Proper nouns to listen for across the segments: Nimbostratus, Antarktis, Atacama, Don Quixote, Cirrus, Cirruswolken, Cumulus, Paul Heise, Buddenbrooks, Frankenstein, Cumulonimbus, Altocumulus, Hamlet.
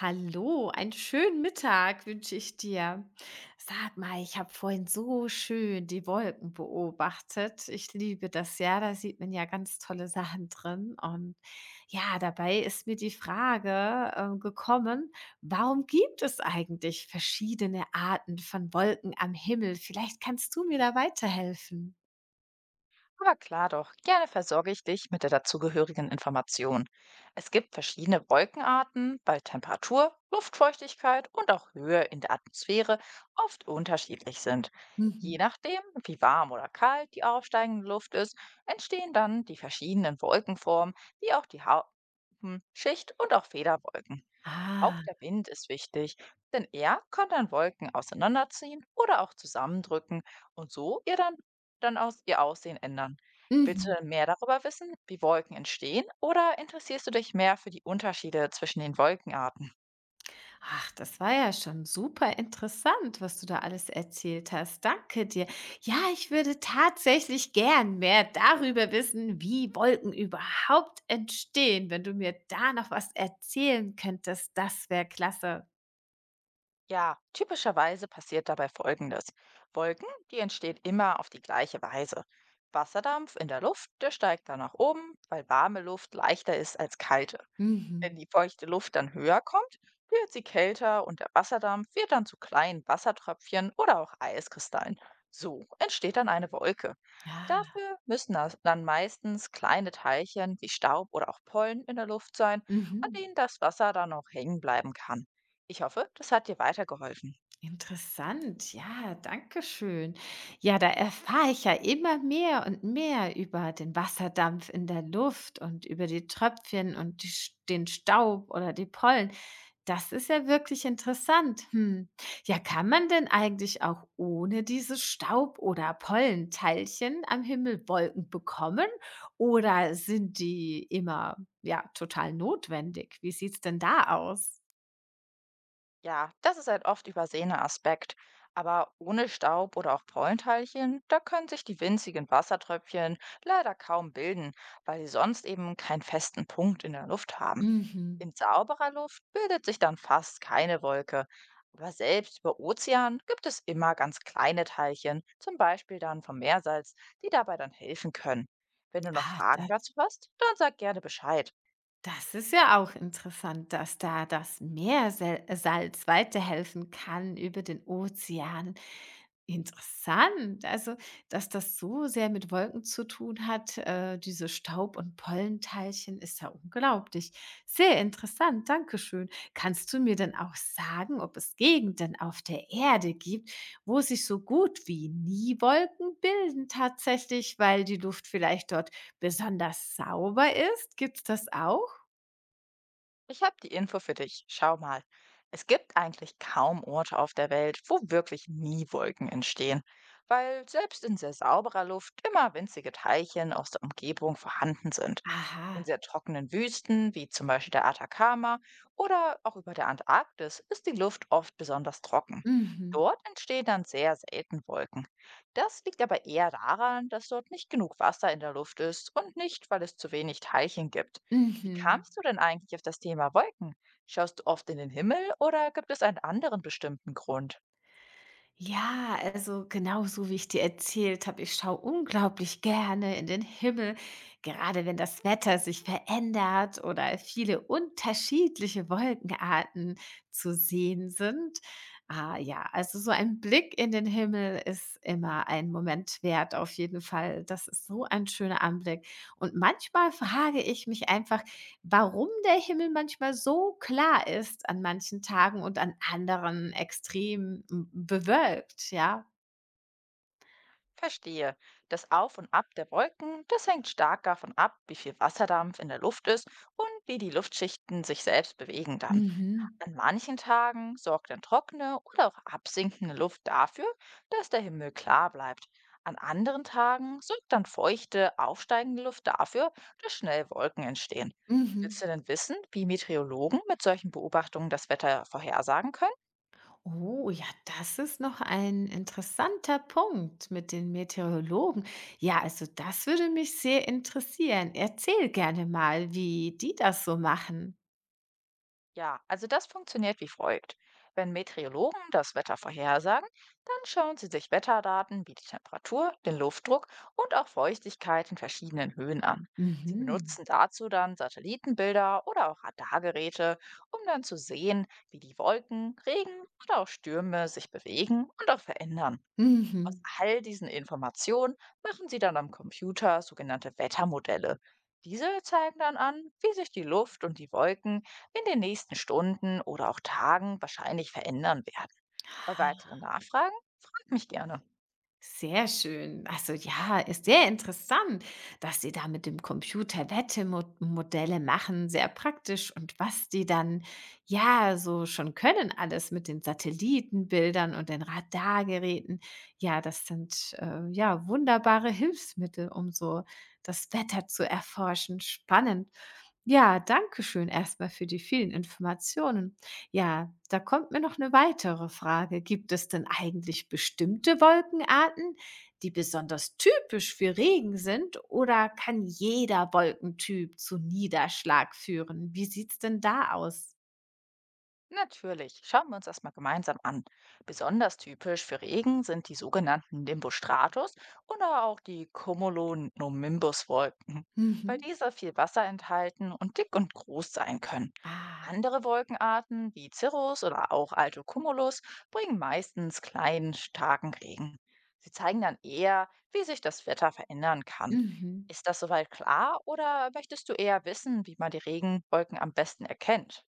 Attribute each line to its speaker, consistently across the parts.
Speaker 1: Hallo, einen schönen Mittag wünsche ich dir. Sag mal, ich habe vorhin so schön die Wolken beobachtet. Ich liebe das ja, da sieht man ja ganz tolle Sachen drin. Und ja, dabei ist mir die Frage gekommen, warum gibt es eigentlich verschiedene Arten von Wolken am Himmel? Vielleicht kannst du mir da weiterhelfen.
Speaker 2: Aber klar doch, gerne versorge ich dich mit der dazugehörigen Information. Es gibt verschiedene Wolkenarten bei Temperatur, Luftfeuchtigkeit und auch Höhe in der Atmosphäre oft unterschiedlich sind.
Speaker 1: Mhm.
Speaker 2: Je nachdem, wie warm oder kalt die aufsteigende Luft ist, entstehen dann die verschiedenen Wolkenformen, wie auch die Haupenschicht und auch Federwolken. Auch
Speaker 1: Ah.
Speaker 2: der Wind ist wichtig, denn er kann dann Wolken auseinanderziehen oder auch zusammendrücken und so ihr dann aus ihr Aussehen ändern. Willst
Speaker 1: Mhm.
Speaker 2: du denn mehr darüber wissen, wie Wolken entstehen, oder interessierst du dich mehr für die Unterschiede zwischen den Wolkenarten?
Speaker 1: Ach, das war ja schon super interessant, was du da alles erzählt hast. Danke dir. Ja, ich würde tatsächlich gern mehr darüber wissen, wie Wolken überhaupt entstehen. Wenn du mir da noch was erzählen könntest, das wäre klasse.
Speaker 2: Ja, typischerweise passiert dabei Folgendes. Wolken, die entstehen immer auf die gleiche Weise. Wasserdampf in der Luft, der steigt dann nach oben, weil warme Luft leichter ist als kalte. Wenn
Speaker 1: Mhm.
Speaker 2: die feuchte Luft dann höher kommt, wird sie kälter und der Wasserdampf wird dann zu kleinen Wassertröpfchen oder auch Eiskristallen. So entsteht dann eine Wolke.
Speaker 1: Ja.
Speaker 2: Dafür müssen das dann meistens kleine Teilchen wie Staub oder auch Pollen in der Luft sein, an
Speaker 1: Mhm.
Speaker 2: denen das Wasser dann auch hängen bleiben kann. Ich hoffe, das hat dir weitergeholfen.
Speaker 1: Interessant, ja, danke schön. Ja, da erfahre ich ja immer mehr und mehr über den Wasserdampf in der Luft und über die Tröpfchen und den Staub oder die Pollen. Das ist ja wirklich interessant. Hm. Ja, kann man denn eigentlich auch ohne diese Staub- oder Pollenteilchen am Himmel Wolken bekommen? Oder sind die immer ja total notwendig? Wie sieht's denn da aus?
Speaker 2: Ja, das ist ein oft übersehener Aspekt. Aber ohne Staub oder auch Pollenteilchen, da können sich die winzigen Wassertröpfchen leider kaum bilden, weil sie sonst eben keinen festen Punkt in der Luft haben.
Speaker 1: Mhm.
Speaker 2: In sauberer Luft bildet sich dann fast keine Wolke. Aber selbst über Ozean gibt es immer ganz kleine Teilchen, zum Beispiel dann vom Meersalz, die dabei dann helfen können. Wenn du noch
Speaker 1: Ah, da
Speaker 2: Fragen dazu hast, dann sag gerne Bescheid.
Speaker 1: Das ist ja auch interessant, dass da das Meersalz weiterhelfen kann über den Ozean. Interessant, also dass das so sehr mit Wolken zu tun hat, diese Staub- und Pollenteilchen, ist ja unglaublich. Sehr interessant, Dankeschön. Kannst du mir denn auch sagen, ob es Gegenden auf der Erde gibt, wo sich so gut wie nie Wolken bilden tatsächlich, weil die Luft vielleicht dort besonders sauber ist? Gibt es das auch?
Speaker 2: Ich habe die Info für dich. Schau mal. Es gibt eigentlich kaum Orte auf der Welt, wo wirklich nie Wolken entstehen, weil selbst in sehr sauberer Luft immer winzige Teilchen aus der Umgebung vorhanden sind. In
Speaker 1: Aha.
Speaker 2: sehr trockenen Wüsten, wie zum Beispiel der Atacama oder auch über der Antarktis, ist die Luft oft besonders trocken.
Speaker 1: Mhm.
Speaker 2: Dort entstehen dann sehr selten Wolken. Das liegt aber eher daran, dass dort nicht genug Wasser in der Luft ist und nicht, weil es zu wenig Teilchen gibt. Wie
Speaker 1: Mhm.
Speaker 2: kamst du denn eigentlich auf das Thema Wolken? Schaust du oft in den Himmel oder gibt es einen anderen bestimmten Grund?
Speaker 1: Ja, also genau so, wie ich dir erzählt habe, ich schaue unglaublich gerne in den Himmel, gerade wenn das Wetter sich verändert oder viele unterschiedliche Wolkenarten zu sehen sind. Ah ja, also so ein Blick in den Himmel ist immer ein Moment wert, auf jeden Fall. Das ist so ein schöner Anblick. Und manchmal frage ich mich einfach, warum der Himmel manchmal so klar ist an manchen Tagen und an anderen extrem m bewölkt, ja?
Speaker 2: Verstehe. Das Auf und Ab der Wolken, das hängt stark davon ab, wie viel Wasserdampf in der Luft ist und wie die Luftschichten sich selbst bewegen dann.
Speaker 1: Mhm.
Speaker 2: An manchen Tagen sorgt dann trockene oder auch absinkende Luft dafür, dass der Himmel klar bleibt. An anderen Tagen sorgt dann feuchte, aufsteigende Luft dafür, dass schnell Wolken entstehen. Willst du
Speaker 1: Mhm.
Speaker 2: denn wissen, wie Meteorologen mit solchen Beobachtungen das Wetter vorhersagen können?
Speaker 1: Oh ja, das ist noch ein interessanter Punkt mit den Meteorologen. Ja, also das würde mich sehr interessieren. Erzähl gerne mal, wie die das so machen.
Speaker 2: Ja, also das funktioniert wie folgt. Wenn Meteorologen das Wetter vorhersagen, dann schauen sie sich Wetterdaten wie die Temperatur, den Luftdruck und auch Feuchtigkeit in verschiedenen Höhen an. Sie
Speaker 1: Mhm.
Speaker 2: benutzen dazu dann Satellitenbilder oder auch Radargeräte, um dann zu sehen, wie die Wolken, Regen oder auch Stürme sich bewegen und auch verändern. Aus
Speaker 1: Mhm.
Speaker 2: all diesen Informationen machen sie dann am Computer sogenannte Wettermodelle. Diese zeigen dann an, wie sich die Luft und die Wolken in den nächsten Stunden oder auch Tagen wahrscheinlich verändern werden. Bei weiteren Nachfragen frag mich gerne.
Speaker 1: Sehr schön. Also ja, ist sehr interessant, dass Sie da mit dem Computer Wettemodelle machen, sehr praktisch und was die dann ja so schon können, alles mit den Satellitenbildern und den Radargeräten. Ja, das sind ja wunderbare Hilfsmittel, um so das Wetter zu erforschen. Spannend. Ja, danke schön erstmal für die vielen Informationen. Ja, da kommt mir noch eine weitere Frage. Gibt es denn eigentlich bestimmte Wolkenarten, die besonders typisch für Regen sind, oder kann jeder Wolkentyp zu Niederschlag führen? Wie sieht's denn da aus?
Speaker 2: Natürlich, schauen wir uns das mal gemeinsam an. Besonders typisch für Regen sind die sogenannten Nimbostratus oder auch die Cumulonimbus-Wolken, weil
Speaker 1: Mhm.
Speaker 2: diese viel Wasser enthalten und dick und groß sein können.
Speaker 1: Ah.
Speaker 2: Andere Wolkenarten wie Cirrus oder auch Altocumulus bringen meistens kleinen, starken Regen. Sie zeigen dann eher, wie sich das Wetter verändern kann.
Speaker 1: Mhm.
Speaker 2: Ist das soweit klar oder möchtest du eher wissen, wie man die Regenwolken am besten erkennt?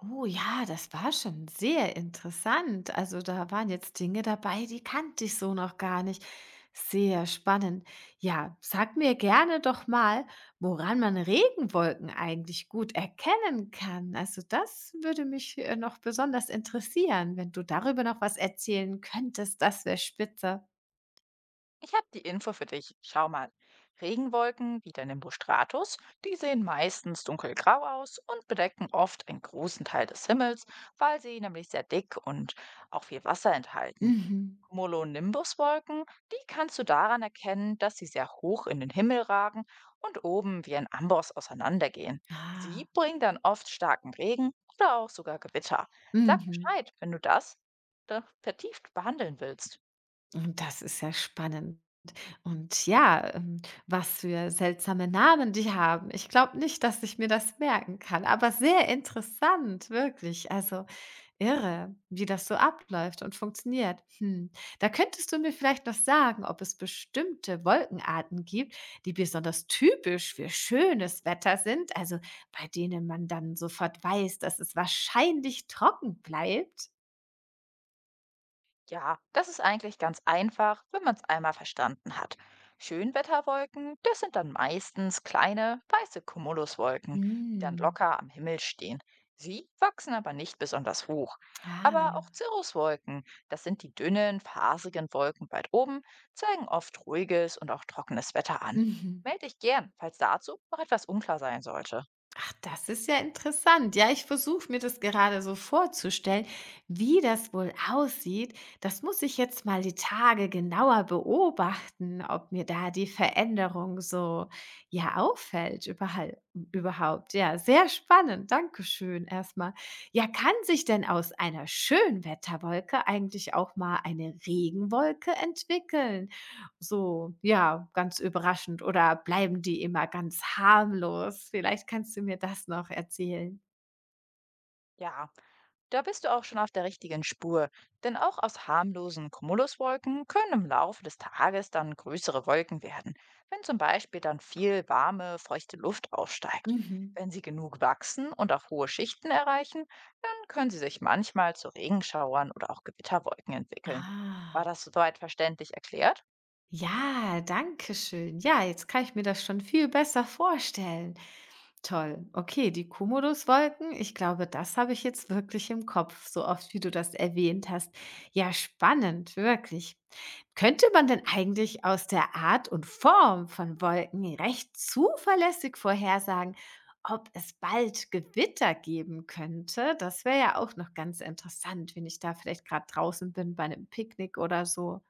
Speaker 1: Oh ja, das war schon sehr interessant. Also da waren jetzt Dinge dabei, die kannte ich so noch gar nicht. Sehr spannend. Ja, sag mir gerne doch mal, woran man Regenwolken eigentlich gut erkennen kann. Also das würde mich noch besonders interessieren, wenn du darüber noch was erzählen könntest. Das wäre spitze.
Speaker 2: Ich habe die Info für dich. Schau mal. Regenwolken wie der Nimbus Stratus, die sehen meistens dunkelgrau aus und bedecken oft einen großen Teil des Himmels, weil sie nämlich sehr dick und auch viel Wasser enthalten.
Speaker 1: Mhm.
Speaker 2: Cumulonimbuswolken, die kannst du daran erkennen, dass sie sehr hoch in den Himmel ragen und oben wie ein Amboss auseinandergehen.
Speaker 1: Ah.
Speaker 2: Sie bringen dann oft starken Regen oder auch sogar Gewitter. Sag
Speaker 1: Mhm.
Speaker 2: Bescheid, wenn du das vertieft behandeln willst.
Speaker 1: Und das ist ja spannend. Und ja, was für seltsame Namen die haben. Ich glaube nicht, dass ich mir das merken kann, aber sehr interessant, wirklich. Also irre, wie das so abläuft und funktioniert. Hm. Da könntest du mir vielleicht noch sagen, ob es bestimmte Wolkenarten gibt, die besonders typisch für schönes Wetter sind, also bei denen man dann sofort weiß, dass es wahrscheinlich trocken bleibt.
Speaker 2: Ja, das ist eigentlich ganz einfach, wenn man es einmal verstanden hat. Schönwetterwolken, das sind dann meistens kleine, weiße Cumuluswolken, die dann
Speaker 1: Hm.
Speaker 2: locker am Himmel stehen. Sie wachsen aber nicht besonders hoch.
Speaker 1: Ah.
Speaker 2: Aber auch Cirruswolken, das sind die dünnen, fasigen Wolken weit oben, zeigen oft ruhiges und auch trockenes Wetter an.
Speaker 1: Mhm.
Speaker 2: Meld dich gern, falls dazu noch etwas unklar sein sollte.
Speaker 1: Ach, das ist ja interessant. Ja, ich versuche mir das gerade so vorzustellen, wie das wohl aussieht. Das muss ich jetzt mal die Tage genauer beobachten, ob mir da die Veränderung so ja überhaupt. Ja, sehr spannend. Dankeschön erstmal. Ja, kann sich denn aus einer Schönwetterwolke eigentlich auch mal eine Regenwolke entwickeln? So, ja, ganz überraschend oder bleiben die immer ganz harmlos? Vielleicht kannst du mir das noch erzählen.
Speaker 2: Ja, da bist du auch schon auf der richtigen Spur, denn auch aus harmlosen Cumuluswolken können im Laufe des Tages dann größere Wolken werden, wenn zum Beispiel dann viel warme, feuchte Luft aufsteigt.
Speaker 1: Mhm.
Speaker 2: Wenn sie genug wachsen und auch hohe Schichten erreichen, dann können sie sich manchmal zu Regenschauern oder auch Gewitterwolken entwickeln.
Speaker 1: Ah,
Speaker 2: War das soweit verständlich erklärt?
Speaker 1: ja, danke schön. Ja, jetzt kann ich mir das schon viel besser vorstellen. Toll. Okay, die Cumulus-Wolken, ich glaube, das habe ich jetzt wirklich im Kopf, so oft wie du das erwähnt hast. Ja, spannend, wirklich. Könnte man denn eigentlich aus der Art und Form von Wolken recht zuverlässig vorhersagen, ob es bald Gewitter geben könnte? Das wäre ja auch noch ganz interessant, wenn ich da vielleicht gerade draußen bin bei einem Picknick oder so.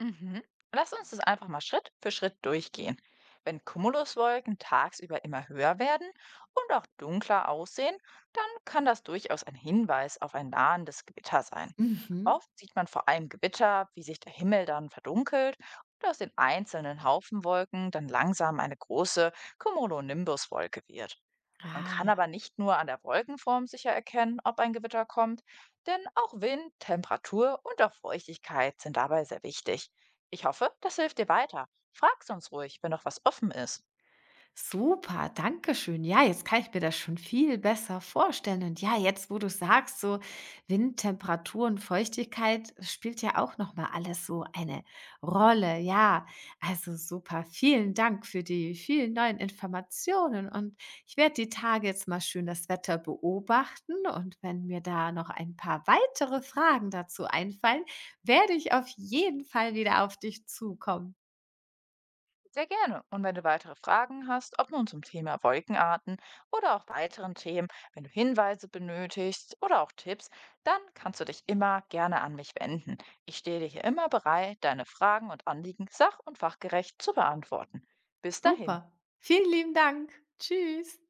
Speaker 2: Mhm. Lass uns das einfach mal Schritt für Schritt durchgehen. Wenn Cumuluswolken tagsüber immer höher werden und auch dunkler aussehen, dann kann das durchaus ein Hinweis auf ein nahendes Gewitter sein.
Speaker 1: Mhm.
Speaker 2: Oft sieht man vor allem Gewitter, wie sich der Himmel dann verdunkelt und aus den einzelnen Haufenwolken dann langsam eine große Cumulonimbuswolke wird. Man
Speaker 1: Ah.
Speaker 2: kann aber nicht nur an der Wolkenform sicher erkennen, ob ein Gewitter kommt, denn auch Wind, Temperatur und auch Feuchtigkeit sind dabei sehr wichtig. Ich hoffe, das hilft dir weiter. Frag uns ruhig, wenn noch was offen ist.
Speaker 1: Super, danke schön. Ja, jetzt kann ich mir das schon viel besser vorstellen. Und ja, jetzt, wo du sagst, so Wind, Temperatur und Feuchtigkeit spielt ja auch noch mal alles so eine Rolle. Ja, also super. Vielen Dank für die vielen neuen Informationen. Und ich werde die Tage jetzt mal schön das Wetter beobachten. Und wenn mir da noch ein paar weitere Fragen dazu einfallen, werde ich auf jeden Fall wieder auf dich zukommen.
Speaker 2: Sehr gerne. Und wenn du weitere Fragen hast, ob nun zum Thema Wolkenarten oder auch weiteren Themen, wenn du Hinweise benötigst oder auch Tipps, dann kannst du dich immer gerne an mich wenden. Ich stehe dir hier immer bereit, deine Fragen und Anliegen sach- und fachgerecht zu beantworten. Bis dahin.
Speaker 1: Super. Vielen lieben Dank. Tschüss.